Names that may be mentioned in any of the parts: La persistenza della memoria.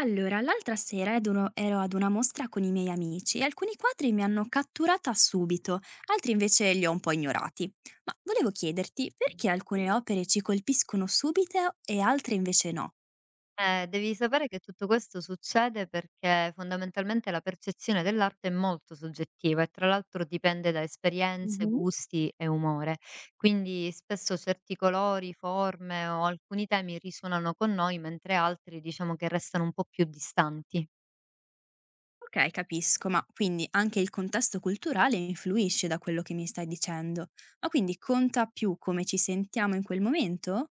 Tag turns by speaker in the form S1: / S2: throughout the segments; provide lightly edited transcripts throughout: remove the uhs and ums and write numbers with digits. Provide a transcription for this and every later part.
S1: Allora, l'altra sera ero ad una mostra con i miei amici e alcuni quadri mi hanno catturata subito, altri invece li ho un po' ignorati. Ma volevo chiederti perché alcune opere ci colpiscono subito e altre invece no?
S2: Devi sapere che tutto questo succede perché fondamentalmente la percezione dell'arte è molto soggettiva e tra l'altro dipende da esperienze, gusti e umore. Quindi spesso certi colori, forme o alcuni temi risuonano con noi, mentre altri diciamo che restano un po' più distanti.
S1: Ok, capisco, ma quindi anche il contesto culturale influisce da quello che mi stai dicendo. Ma quindi conta più come ci sentiamo in quel momento?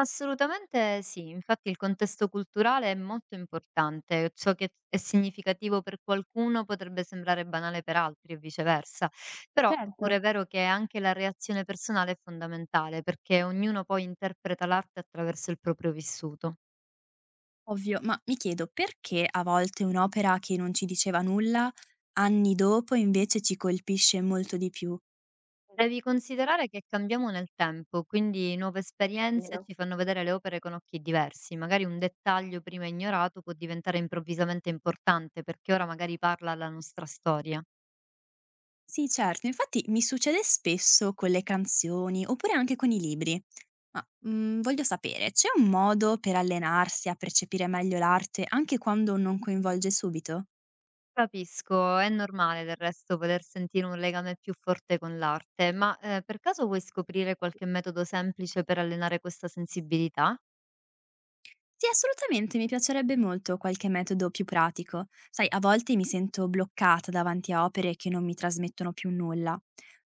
S2: Assolutamente sì, infatti il contesto culturale è molto importante, ciò che è significativo per qualcuno potrebbe sembrare banale per altri e viceversa, però è
S1: Certo.
S2: pure vero che anche la reazione personale è fondamentale perché ognuno poi interpreta l'arte attraverso il proprio vissuto.
S1: Ovvio, ma mi chiedo perché a volte un'opera che non ci diceva nulla, anni dopo invece ci colpisce molto di più.
S2: Devi considerare che cambiamo nel tempo, quindi nuove esperienze
S1: Vero?
S2: ci fanno vedere le opere con occhi diversi, magari un dettaglio prima ignorato può diventare improvvisamente importante perché ora magari parla alla nostra storia.
S1: Sì, certo, infatti mi succede spesso con le canzoni oppure anche con i libri. Voglio sapere, c'è un modo per allenarsi a percepire meglio l'arte anche quando non coinvolge subito?
S2: Capisco, è normale del resto voler sentire un legame più forte con l'arte, ma per caso vuoi scoprire qualche metodo semplice per allenare questa sensibilità?
S1: Sì, assolutamente, mi piacerebbe molto qualche metodo più pratico. Sai, a volte mi sento bloccata davanti a opere che non mi trasmettono più nulla.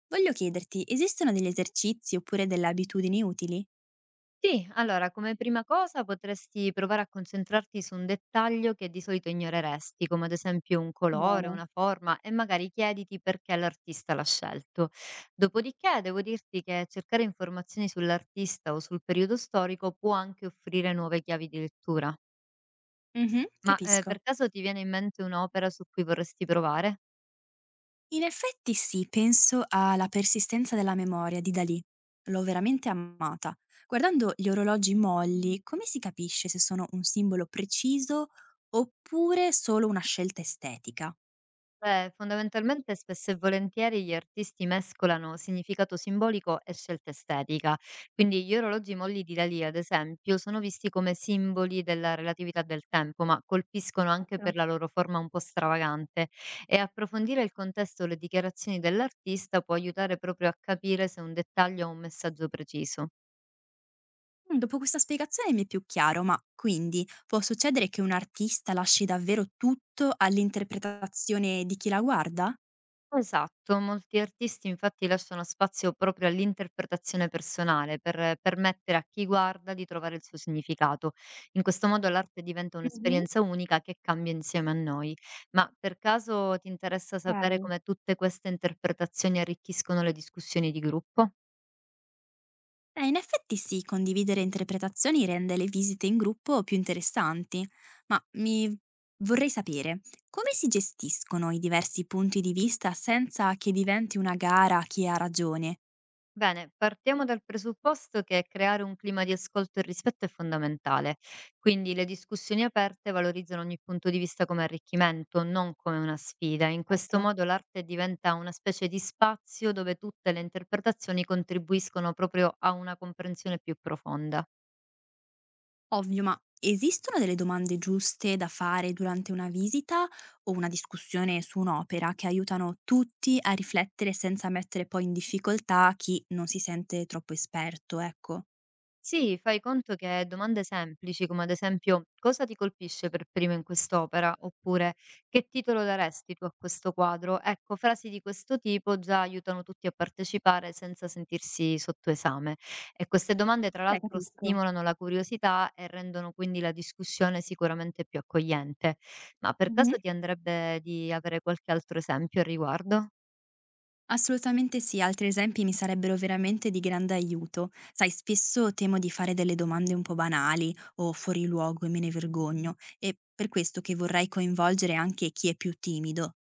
S1: Voglio chiederti, esistono degli esercizi oppure delle abitudini utili?
S2: Sì, allora, come prima cosa potresti provare a concentrarti su un dettaglio che di solito ignoreresti, come ad esempio un colore,
S1: Bene.
S2: una forma, e magari chiediti perché l'artista l'ha scelto. Dopodiché, devo dirti che cercare informazioni sull'artista o sul periodo storico può anche offrire nuove chiavi di lettura.
S1: Mh-mh,
S2: Ma,
S1: capisco.
S2: per caso ti viene in mente un'opera su cui vorresti provare?
S1: In effetti sì, penso a La persistenza della memoria di Dalì. L'ho veramente amata. Guardando gli orologi molli, come si capisce se sono un simbolo preciso oppure solo una scelta estetica?
S2: Beh, fondamentalmente spesso e volentieri gli artisti mescolano significato simbolico e scelta estetica. Quindi gli orologi molli di Dalì, ad esempio, sono visti come simboli della relatività del tempo, ma colpiscono anche
S1: Certo.
S2: per la loro forma un po' stravagante. E approfondire il contesto e le dichiarazioni dell'artista può aiutare proprio a capire se un dettaglio ha un messaggio preciso.
S1: Dopo questa spiegazione mi è più chiaro, ma quindi può succedere che un artista lasci davvero tutto all'interpretazione di chi la guarda?
S2: Esatto, molti artisti infatti lasciano spazio proprio all'interpretazione personale per permettere a chi guarda di trovare il suo significato. In questo modo l'arte diventa
S1: Mh-mh.
S2: un'esperienza unica che cambia insieme a noi. Ma per caso ti interessa sapere
S1: Okay.
S2: come tutte queste interpretazioni arricchiscono le discussioni di gruppo?
S1: In effetti sì, condividere interpretazioni rende le visite in gruppo più interessanti, ma mi vorrei sapere come si gestiscono i diversi punti di vista senza che diventi una gara a chi ha ragione?
S2: Bene, partiamo dal presupposto che creare un clima di ascolto e rispetto è fondamentale, quindi le discussioni aperte valorizzano ogni punto di vista come arricchimento, non come una sfida. In
S1: Certo.
S2: questo modo l'arte diventa una specie di spazio dove tutte le interpretazioni contribuiscono proprio a una comprensione più profonda.
S1: Ovvio, ma esistono delle domande giuste da fare durante una visita o una discussione su un'opera che aiutano tutti a riflettere senza mettere poi in difficoltà chi non si sente troppo esperto, ecco.
S2: Sì, fai conto che domande semplici, come ad esempio: "Cosa ti colpisce per primo in quest'opera?" Oppure: "Che titolo daresti tu a questo quadro?" Ecco, frasi di questo tipo già aiutano tutti a partecipare senza sentirsi sotto esame. E queste domande, tra l'altro,
S1: Capisco.
S2: stimolano la curiosità e rendono quindi la discussione sicuramente più accogliente. Ma per
S1: Mhm.
S2: caso ti andrebbe di avere qualche altro esempio al riguardo?
S1: Assolutamente sì, altri esempi mi sarebbero veramente di grande aiuto. Sai, spesso temo di fare delle domande un po' banali o fuori luogo e me ne vergogno, e per questo che vorrei coinvolgere anche chi è più timido.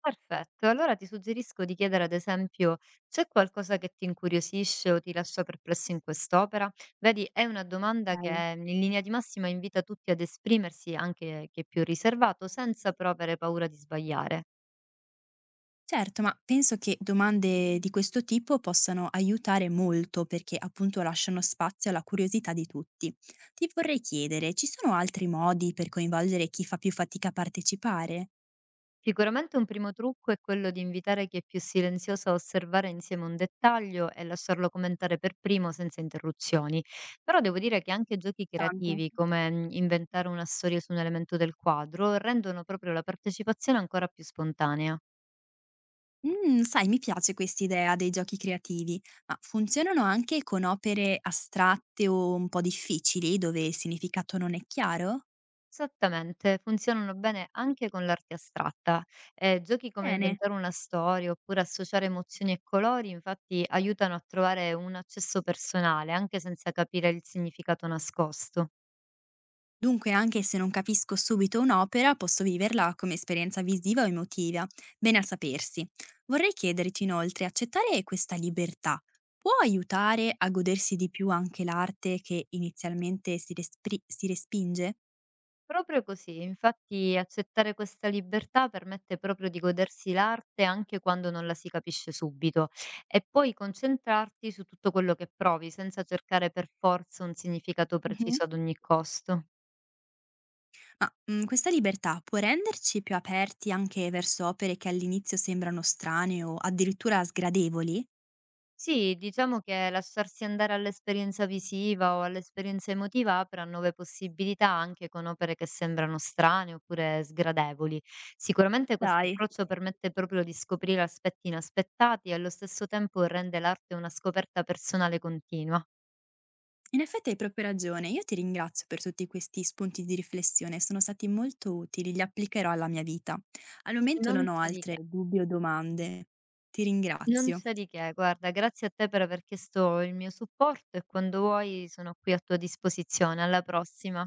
S2: Perfetto, allora ti suggerisco di chiedere ad esempio: "C'è qualcosa che ti incuriosisce o ti lascia perplesso in quest'opera?" Vedi, è una domanda
S1: Sai?
S2: che in linea di massima invita tutti ad esprimersi, anche chi è più riservato, senza però avere paura di sbagliare.
S1: Certo, ma penso che domande di questo tipo possano aiutare molto perché appunto lasciano spazio alla curiosità di tutti. Ti vorrei chiedere, ci sono altri modi per coinvolgere chi fa più fatica a partecipare?
S2: Sicuramente un primo trucco è quello di invitare chi è più silenzioso a osservare insieme un dettaglio e lasciarlo commentare per primo senza interruzioni. Però devo dire che anche giochi
S1: Tante.
S2: creativi, come inventare una storia su un elemento del quadro, rendono proprio la partecipazione ancora più spontanea.
S1: Sai, mi piace quest'idea dei giochi creativi, ma funzionano anche con opere astratte o un po' difficili, dove il significato non è chiaro?
S2: Esattamente, funzionano bene anche con l'arte astratta. Giochi come
S1: Bene.
S2: inventare una storia oppure associare emozioni e colori, infatti, aiutano a trovare un accesso personale, anche senza capire il significato nascosto.
S1: Dunque, anche se non capisco subito un'opera, posso viverla come esperienza visiva o emotiva. Bene a sapersi. Vorrei chiederti inoltre, accettare questa libertà può aiutare a godersi di più anche l'arte che inizialmente si respinge?
S2: Proprio così, infatti accettare questa libertà permette proprio di godersi l'arte anche quando non la si capisce subito e poi concentrarti su tutto quello che provi senza cercare per forza un significato
S1: Mh-mh.
S2: preciso ad ogni costo.
S1: Questa libertà può renderci più aperti anche verso opere che all'inizio sembrano strane o addirittura sgradevoli?
S2: Sì, diciamo che lasciarsi andare all'esperienza visiva o all'esperienza emotiva apre a nuove possibilità anche con opere che sembrano strane oppure sgradevoli. Sicuramente questo
S1: Dai.
S2: approccio permette proprio di scoprire aspetti inaspettati e allo stesso tempo rende l'arte una scoperta personale continua.
S1: In effetti hai proprio ragione. Io ti ringrazio per tutti questi spunti di riflessione, sono stati molto utili, li applicherò alla mia vita. Al momento
S2: Non
S1: non ho
S2: c'è di
S1: altre
S2: che.
S1: dubbi o domande. Ti
S2: Non
S1: ringrazio.
S2: c'è di che, guarda, grazie a te per aver chiesto il mio supporto e quando vuoi sono qui a tua disposizione. Alla prossima.